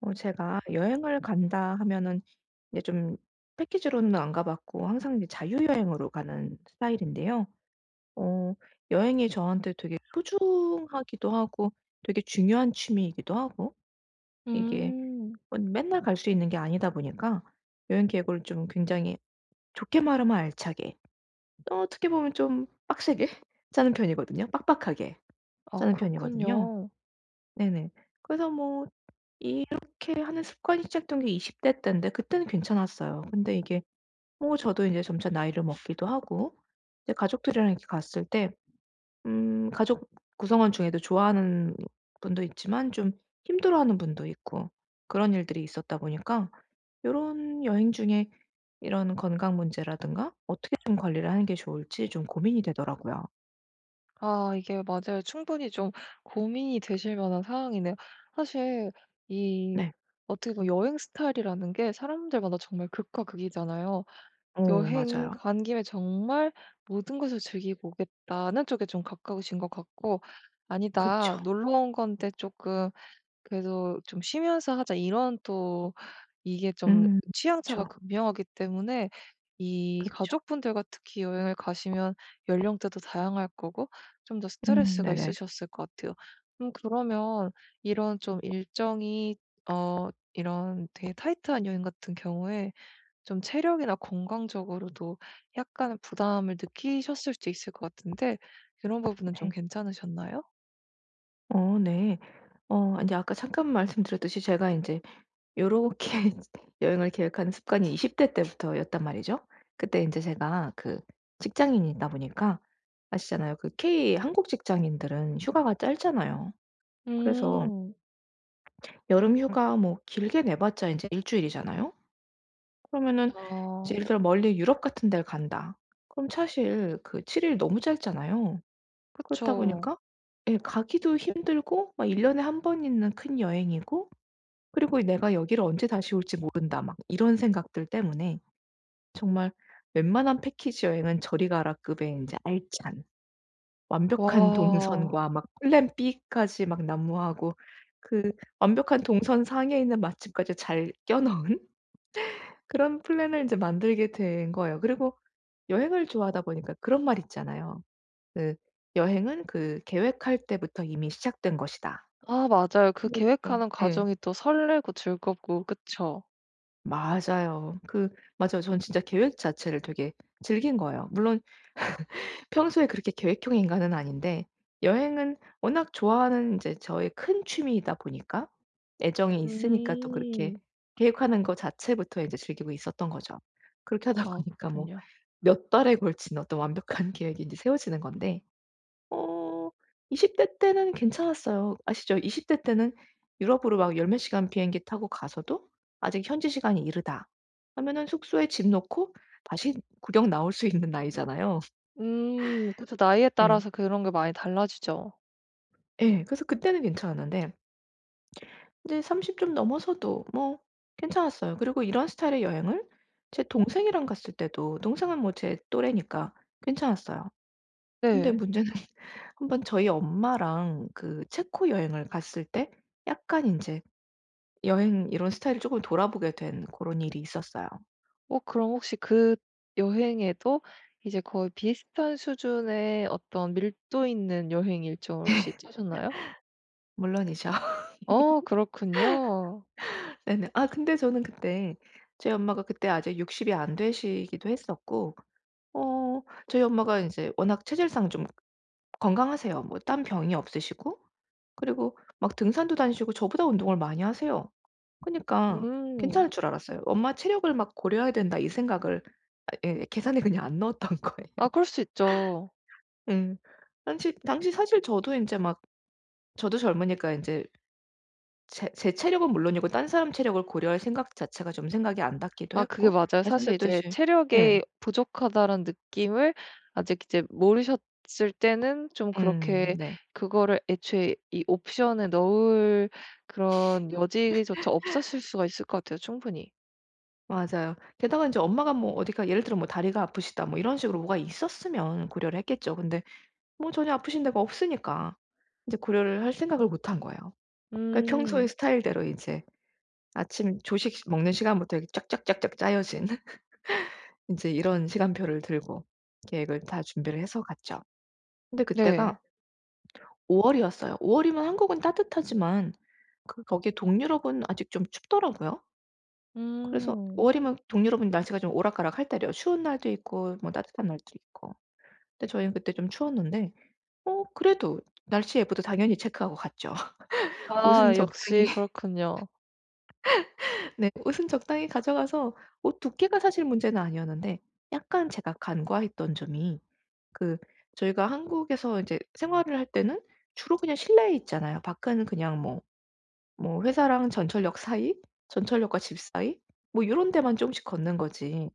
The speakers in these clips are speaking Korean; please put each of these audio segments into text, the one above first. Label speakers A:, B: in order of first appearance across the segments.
A: 제가 여행을 간다 하면은 이제 좀 패키지로는 안 가 봤고, 항상 이제 자유여행으로 가는 스타일인데요. 어 여행이 저한테 되게 소중하기도 하고, 되게 중요한 취미이기도 하고, 이게
B: 음.
A: 뭐 맨날 갈 수 있는 게 아니다 보니까 여행 계획을 좀 굉장히, 좋게 말하면 알차게, 또 어떻게 보면 좀 빡세게 짜는 편이거든요. 빡빡하게
B: 아
A: 짜는 편이거든요.
B: 그렇군요.
A: 네네. 그래서 뭐 그렇게 하는 습관이 시작된 게 20대 때인데, 그때는 괜찮았어요. 근데 이게 뭐 저도 인제 점차 나이를 먹기도 하고, 이제 가족들이랑 이렇게 갔을 때 가족 구성원 중에도 좋아하는 분도 있지만, 좀 힘들어하는 분도 있고, 그런 일들이 있었다 보니까 요런 여행 중에 이런 건강 문제라든가 어떻게 좀 관리를 하는 게 좋을지 좀 고민이 되더라고요.
B: 아 이게 맞아요. 충분히 좀 고민이 되실 만한 상황이네요. 사실 이
A: 네.
B: 어떻게 보면 여행 스타일이라는 게 사람들마다 정말 극과 극이잖아요.
A: 어
B: 여행
A: 맞아요.
B: 간 김에 정말 '모든 것을 즐기고 오겠다.'는 쪽에 좀 가까우신 것 같고
A: 그쵸.
B: '아니다. 놀러 온 건데 조금 그래도 좀 쉬면서 하자.' 이런 또 이게 좀
A: 음.
B: 취향 차가
A: 그쵸,
B: 극명하기 때문에 이
A: 그쵸.
B: 가족분들과 특히 여행을 가시면 연령대도 다양할 거고 좀 더 스트레스가
A: 네네.
B: 있으셨을 것 같아요. 음, 그러면 이런 좀 일정이 이런 되게 타이트한 여행 같은 경우에 좀 체력이나 건강적으로도 약간의 부담을 느끼셨을 수도 있을 것 같은데 이런 부분은 좀
A: 네.
B: 괜찮으셨나요?
A: 어 네. 이제 아까 잠깐 말씀드렸듯이, 제가 이제 요렇게 여행을 계획하는 습관이 20대 때부터였단 말이죠. 그때 이제 제가 그 직장인이다 보니까 아시잖아요. 그 K 한국 직장인들은 휴가가 짧잖아요. 그래서
B: 음.
A: 여름 휴가 뭐 길게 내 봤자 이제 일 주일이잖아요. 그러면은 이제
B: 아.
A: 예를 들어 멀리 유럽 같은 데를 간다. 그럼 사실 그 7일 너무 짧잖아요. 그렇다
B: 그쵸.
A: 보니까 예 가기도 힘들고 막 1 년에 한 번 있는 큰 여행이고, 그리고 '내가 여기를 언제 다시 올지 모른다.' 막 이런 생각들 때문에 정말 웬만한 패키지 여행은 저리 가라 급의 인제 알찬, 완벽한 동선과
B: 와.
A: 막 플랜 B까지 막 난무하고, 그 완벽한 동선 상에 있는 맛집까지 잘 껴 넣은 그런 플랜을 인제 만들게 된 거예요. 그리고 여행을 좋아하다 보니까 그런 말 있잖아요. 그 "여행은 그 계획할 때부터 이미 시작된 것이다."
B: 아 맞아요. 그
A: 그것처럼
B: 계획하는
A: 예.
B: 과정이 또 설레고 즐겁고 그쵸?
A: 맞아요. 그 맞아요. 전 진짜 계획 자체를 되게 즐긴 거예요. 물론 평소에 그렇게 계획형 인간은 아닌데 여행은 워낙 좋아하는 이제 저의 큰 취미이다 보니까 애정이 있으니까 또 그렇게
B: 음.
A: 계획하는 거 자체부터 이제 즐기고 있었던 거죠. 그렇게 하다
B: 아
A: 보니까 뭐
B: 그렇군요.
A: 몇 달에 걸친 어떤 완벽한 계획이 이제 세워지는 건데, 어 20대 때는 괜찮았어요. 아시죠? 20대 때는 유럽으로 막 열몇 시간 비행기 타고 가서도 아직 현지 시간이 이르다 하면은 숙소에 짐 놓고 다시 구경 나올 수 있는 나이잖아요.
B: 음. 그래서 나이에
A: 예.
B: 따라서 그런 게 많이 달라지죠.
A: 예. 그래서 그때는 괜찮았는데 이제 30 좀 넘어서도 뭐 괜찮았어요. 그리고 이런 스타일의 여행을 제 동생이랑 갔을 때도 동생은 뭐 제 또래니까 괜찮았어요. 근데
B: 네.
A: 문제는 한번 저희 엄마랑 그 체코 여행을 갔을 때 약간 이제 여행 이런 스타일을 조금 돌아보게 된 그런 일이 있었어요.
B: 어 그럼 혹시 그 여행에도 이제 거의 비슷한 수준의 어떤 밀도 있는 여행 일정을 혹시 짜셨나요?
A: 물론이죠.
B: 어 그렇군요.
A: 네네. 아 근데 저는 그때, 저희 엄마가 그때 아직 60이 안 되시기도 했었고, 어 저희 엄마가 이제 워낙 체질상 좀 건강하세요. 뭐 딴 병이 없으시고 그리고 막 등산도 다니시고 저보다 운동을 많이 하세요. 그니까 러
B: 음.
A: 괜찮을 줄 알았어요. '엄마 체력을 막 고려해야 된다.' 이 생각을 예 계산에 그냥 안 넣었던 거예요.
B: 아 그럴 수 있죠.
A: 음 당시 사실 저도 이제 막 저도 젊으니까 이제 제 체력은 물론이고 딴 사람 체력을 고려할 생각 자체가 좀 생각이 안 닿기도
B: 아 그게
A: 했고,
B: 맞아요. 사실 이제
A: 말씀드렸듯이 예.
B: '체력이 부족하다.'라는 느낌을 아직 이제 모르셨을 때는 좀 그렇게
A: 네.
B: 그거를 애초에 이 옵션에 넣을 그런 여지조차 없었을 수가 있을 것 같아요 충분히.
A: 맞아요. 게다가 인제 엄마가 뭐 어디가 예를 들어 뭐 다리가 아프시다 뭐 이런 식으로 뭐가 있었으면 고려를 했겠죠. 근데 뭐 전혀 아프신 데가 없으니까 인제 고려를 할 생각을 못한 거예요. 그러니까 평소의
B: 음
A: 스타일대로 이제 아침 조식 시 먹는 시간부터 이렇게 쫙쫙쫙쫙 짜여진 인제 이런 시간표를 들고 계획을 다 준비를 해서 갔죠. 근데
B: 네.
A: 그때가 5 월이었어요. 5 월이면 한국은 따뜻하지만 그 거기 동유럽은 아직 좀 춥더라고요. 그래서 5
B: 음.
A: 월이면 동유럽은 날씨가 좀 오락가락할 때래요. 추운 날도 있고 뭐 따뜻한 날도 있고. 근데 저희는 그때 좀 추웠는데, 그래도 날씨 예보도 당연히 체크하고 갔죠. 옷은
B: 아
A: 적당히
B: 역시 그렇군요.
A: 네 옷은 적당히 가져가서 옷 두께가 사실 문제는 아니었는데, 약간 제가 간과했던 점이 그, 저희가 한국에서 이제 생활을 할 때는 주로 그냥 실내에 있잖아요. 밖은 그냥 뭐 회사랑 전철역 사이, 전철역과 집 사이, 뭐 요런 데만 조금씩 걷는 거지.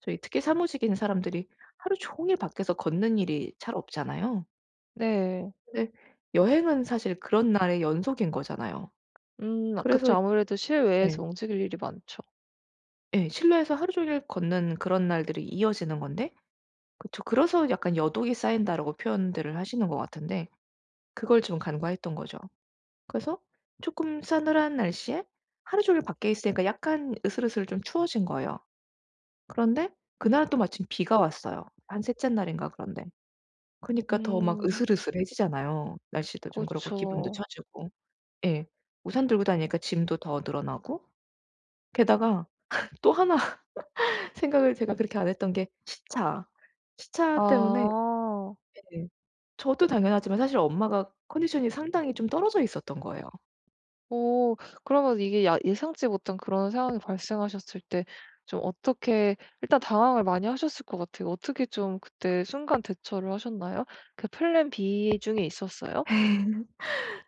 A: 저희 특히 사무직인 사람들이 하루 종일 밖에서 걷는 일이 잘 없잖아요.
B: 네.
A: 근데 여행은 사실 그런 날의 연속인 거잖아요. 그래서
B: 그쵸. 아무래도
A: 예.
B: 실외에서 움직일 일이 많죠.
A: 예. 실내에서 하루 종일 걷는 그런 날들이 이어지는 건데 그쵸. 그래서 약간 "여독이 쌓인다."라고 표현들을 하시는 것 같은데 그걸 좀 간과했던 거죠. 그래서 조금 싸늘한 날씨에 하루 종일 밖에 있으니까 약간 으슬으슬 좀 추워진 거예요. 그런데 그날 또 마침 비가 왔어요. 한 셋째 날인가 그런데. 그니까 더 막
B: 음
A: 으슬으슬해지잖아요. 날씨도 좀 그렇고 기분도
B: 그쵸.
A: 처지고. 예. 우산 들고 다니니까 짐도 더 늘어나고, 게다가 또 하나 생각을 제가 그렇게 안 했던 게 시차. 시차 때문에
B: 아.
A: 예 저도 당연하지만 사실 엄마가 컨디션이 상당히 좀 떨어져 있었던 거예요.
B: 오. 그러면 이게 야 예상치 못한 그런 상황이 발생하셨을 때 좀 어떻게 일단 당황을 많이 하셨을 것 같아요. 어떻게 좀 그때 순간 대처를 하셨나요? 그 플랜 B 중에 있었어요?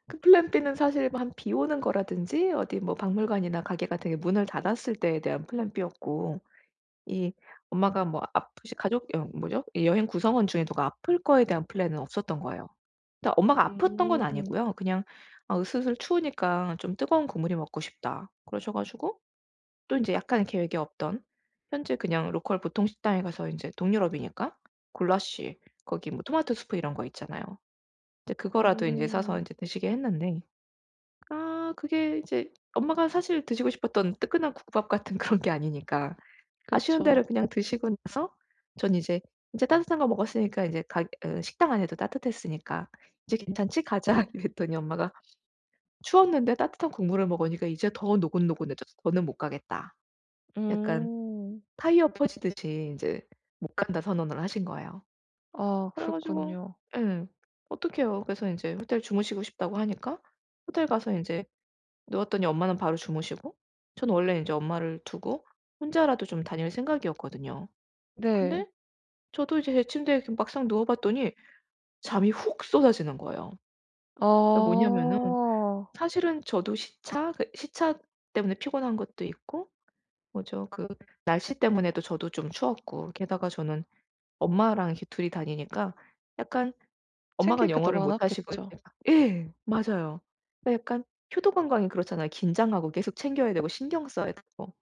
A: 그 플랜 B는 사실 뭐 한 비 오는 거라든지 어디 뭐 박물관이나 가게 같은 게 문을 닫았을 때에 대한 플랜 B였고, 이 엄마가 뭐 아프시 가족 여 뭐죠? 이 여행 구성원 중에 누가 아플 거에 대한 플랜은 없었던 거예요. 그러니까 엄마가 아팠던 건
B: 음.
A: 아니고요. 그냥 "아, 으슬슬 추우니까 좀 뜨거운 국물이 먹고 싶다." 그러셔 가지고 또 인제 약간 계획에 없던 현지 그냥 로컬 보통 식당에 가서 인제 동유럽이니까 굴라쉬, 거기 뭐 토마토 수프 이런 거 있잖아요. 이제 그거라도 인제 사서
B: 음.
A: 인제 드시게 했는데 아 그게 이제 엄마가 사실 드시고 싶었던 뜨끈한 국밥 같은 그런 게 아니니까 아쉬운 대로
B: 그쵸.
A: 그냥 드시고 나서 전 이제 "이제 따뜻한 거 먹었으니까 이제 가 어 식당 안에도 따뜻했으니까 이제 괜찮지? 가자." 이랬더니 엄마가 "추웠는데 따뜻한 국물을 먹으니까 이제 더 노곤노곤해져서 더는 못 가겠다." 약간
B: 음.
A: 타이어 퍼지듯이 인제 "못 간다." 선언을 하신 거예요.
B: 아
A: 그래 가지고
B: 그랬군요.
A: 예. 어떡해요. 그래서 인제 호텔 주무시고 싶다고 하니까 호텔 가서 인제 누웠더니 엄마는 바로 주무시고, 전 원래 인제 엄마를 두고 혼자라도 좀 다닐 생각이었거든요.
B: 네.
A: 근데 저도 이제 제 침대에 그 막상 누워 봤더니 잠이 훅 쏟아지는 거예요.
B: 아.
A: 그러니까 뭐냐면은 사실은 저도 시차 때문에 피곤한 것도 있고 뭐죠 그 날씨 때문에도 저도 좀 추웠고, 게다가 저는 엄마랑 이렇게 이 다니니까 약간
B: 챙길
A: 엄마가
B: 게 더
A: 영어를 못하시고 이
B: 많았겠죠.
A: 막 예. 맞아요. 그러니까 약간 효도 관광이 그렇잖아요. 긴장하고 계속 챙겨야 되고 신경 써야 되고.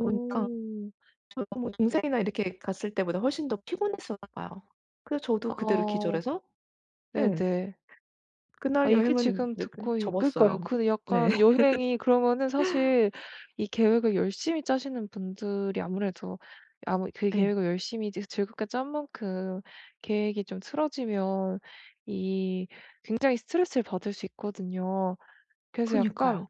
A: 그러니까 저도 뭐 동생이나 이렇게 갔을 때보다 훨씬 더 피곤했었나 봐요. 그래서 저도 그대로
B: 어.
A: 기절해서 예.
B: 네네.
A: 그날
B: 아 얘기
A: 여행은
B: 지금
A: 이렇게
B: 듣고 있 그니까요.
A: 접었어요.
B: 그
A: 네.
B: 약간 여행이 그러면은 사실 이 계획을 열심히 짜시는 분들이 아무래도 아무 그
A: 예.
B: 계획을 열심히 이제 즐겁게 짠 만큼 계획이 좀 틀어지면 이 굉장히 스트레스를 받을 수 있거든요. 그래서
A: 그니까요.
B: 약간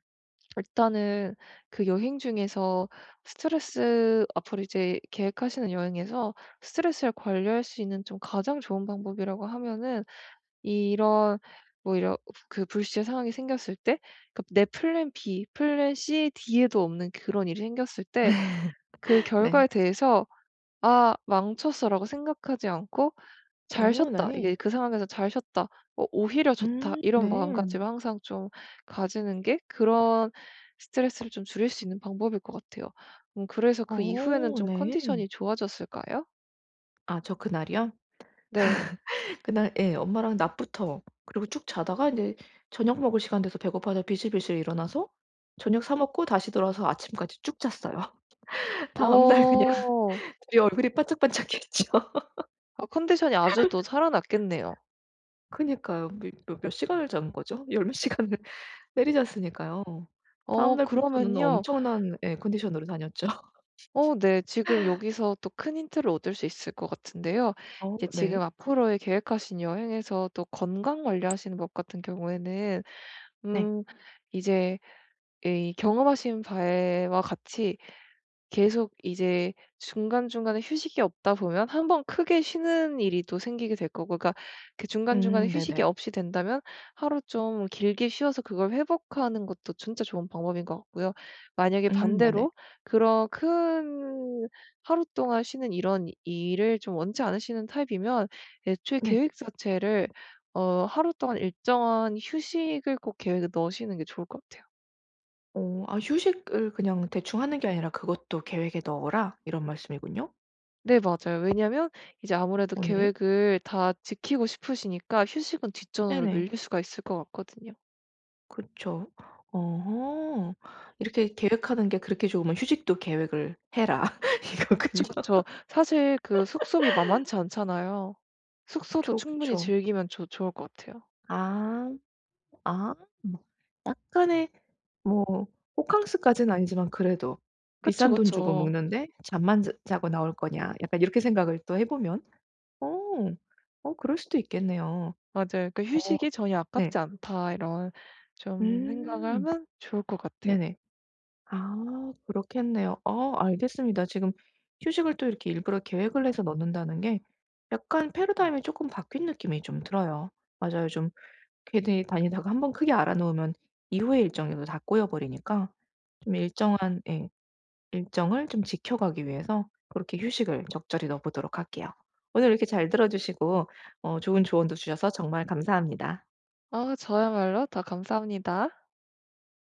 B: 일단은 그 여행 중에서 스트레스 앞으로 이제 계획하시는 여행에서 스트레스를 관리할 수 있는 좀 가장 좋은 방법이라고 하면은 이런 이런 그 불시의 상황이 생겼을 때, 그러니까 내 플랜 B, 플랜 C, D에도 없는 그런 일이 생겼을 때 그
A: 네.
B: 결과에 대해서 '아 망쳤어.'라고 생각하지 않고 '잘
A: 어
B: 쉬었다.
A: 네.
B: 이게 그 상황에서 잘 쉬었다. 어 오히려 좋다.' 이런
A: 네.
B: 마음가짐을 항상 좀 가지는 게 그런 스트레스를 좀 줄일 수 있는 방법일 것 같아요. 음, 그래서 그 이후에는
A: 어
B: 좀
A: 네.
B: 컨디션이 좋아졌을까요?
A: 아 저 그날이요?
B: 네.
A: 그날 예 엄마랑 낮부터 그리고 쭉 자다가 이제 저녁 먹을 시간 돼서 배고파서 비실비실 일어나서 저녁 사 먹고 다시 돌아와서 아침까지 쭉 잤어요. 다음날 그냥
B: 어.
A: 둘이 얼굴이 반짝반짝했죠.
B: 아 컨디션이 아주 또 살아났겠네요.
A: 그니까요. 몇 시간을 잔 거죠? 열몇 시간을 때리잤으니까요.
B: 어
A: 다음날부터는
B: 그러면요.
A: 엄청난 예 컨디션으로 다녔죠.
B: 어 네. 지금 여기서 또 큰 힌트를 얻을 수 있을 것 같은데요.
A: 어
B: 이제 지금
A: 네.
B: 앞으로의 계획하신 여행에서 또 건강 관리하시는 법 같은 경우에는
A: 네.
B: 음 이제 이 경험하신 바에와 같이 계속 이제 중간중간에 휴식이 없다 보면 한 번 크게 쉬는 일이 또 생기게 될 거고, 그러니까 그 중간중간에 휴식이
A: 네네.
B: 없이 된다면 하루 좀 길게 쉬어서 그걸 회복하는 것도 진짜 좋은 방법인 것 같고요. 만약에
A: 네네.
B: 반대로 그런 큰 하루 동안 쉬는 이런 일을 좀 원치 않으시는 타입이면 애초에
A: 네.
B: 계획 자체를 어 하루 동안 일정한 휴식을 꼭 계획에 넣으시는 게 좋을 것 같아요.
A: 휴식을 그냥 대충 하는 게 아니라 "그것도 계획에 넣어라." 이런 말씀이군요.
B: 네 맞아요. 왜냐면 이제 아무래도
A: 어 네.
B: 계획을 다 지키고 싶으시니까 휴식은 뒷전으로
A: 네네.
B: 밀릴 수가 있을 것 같거든요.
A: 그쵸. 어허. 이렇게 계획하는 게 그렇게 좋으면 "휴식도 계획을 해라." 이거군요.
B: 그쵸, 그쵸. 사실 그 숙소비 만만치 않잖아요. 숙소도
A: 그쵸,
B: 충분히
A: 그쵸.
B: 즐기면 좋 좋을 것 같아요.
A: 아. 아. 뭐 약간의 뭐 호캉스까지는 아니지만 그래도
B: 그쵸,
A: '비싼 돈 주고
B: 그쵸.
A: 묵는데 잠만 자 자고 나올 거냐.' 약간 이렇게 생각을 또 해 보면 어. 어 그럴 수도 있겠네요.
B: 맞아요. 그러니까
A: 어
B: '휴식이 전혀
A: 네.
B: 아깝지 않다.' 이런 좀 생각을
A: 음.
B: 하면 좋을 것 같아요.
A: 네네. 아 그렇겠네요. 어 알겠습니다. 지금 휴식을 또 이렇게 일부러 계획을 해서 넣는다는 게 약간 패러다임이 쪼끔 바뀐 느낌이 좀 들어요. 맞아요. 좀 괜히 다니다가 한 번 크게 알아 놓으면 이후의 일정에도 다 꼬여 버리니까 좀 일정한 예 일정을 좀 지켜가기 위해서 그렇게 휴식을 적절히 넣어 보도록 할게요. 오늘 이렇게 잘 들어 주시고 좋은 조언도 주셔서 정말 감사합니다.
B: 아 저야말로 다 감사합니다.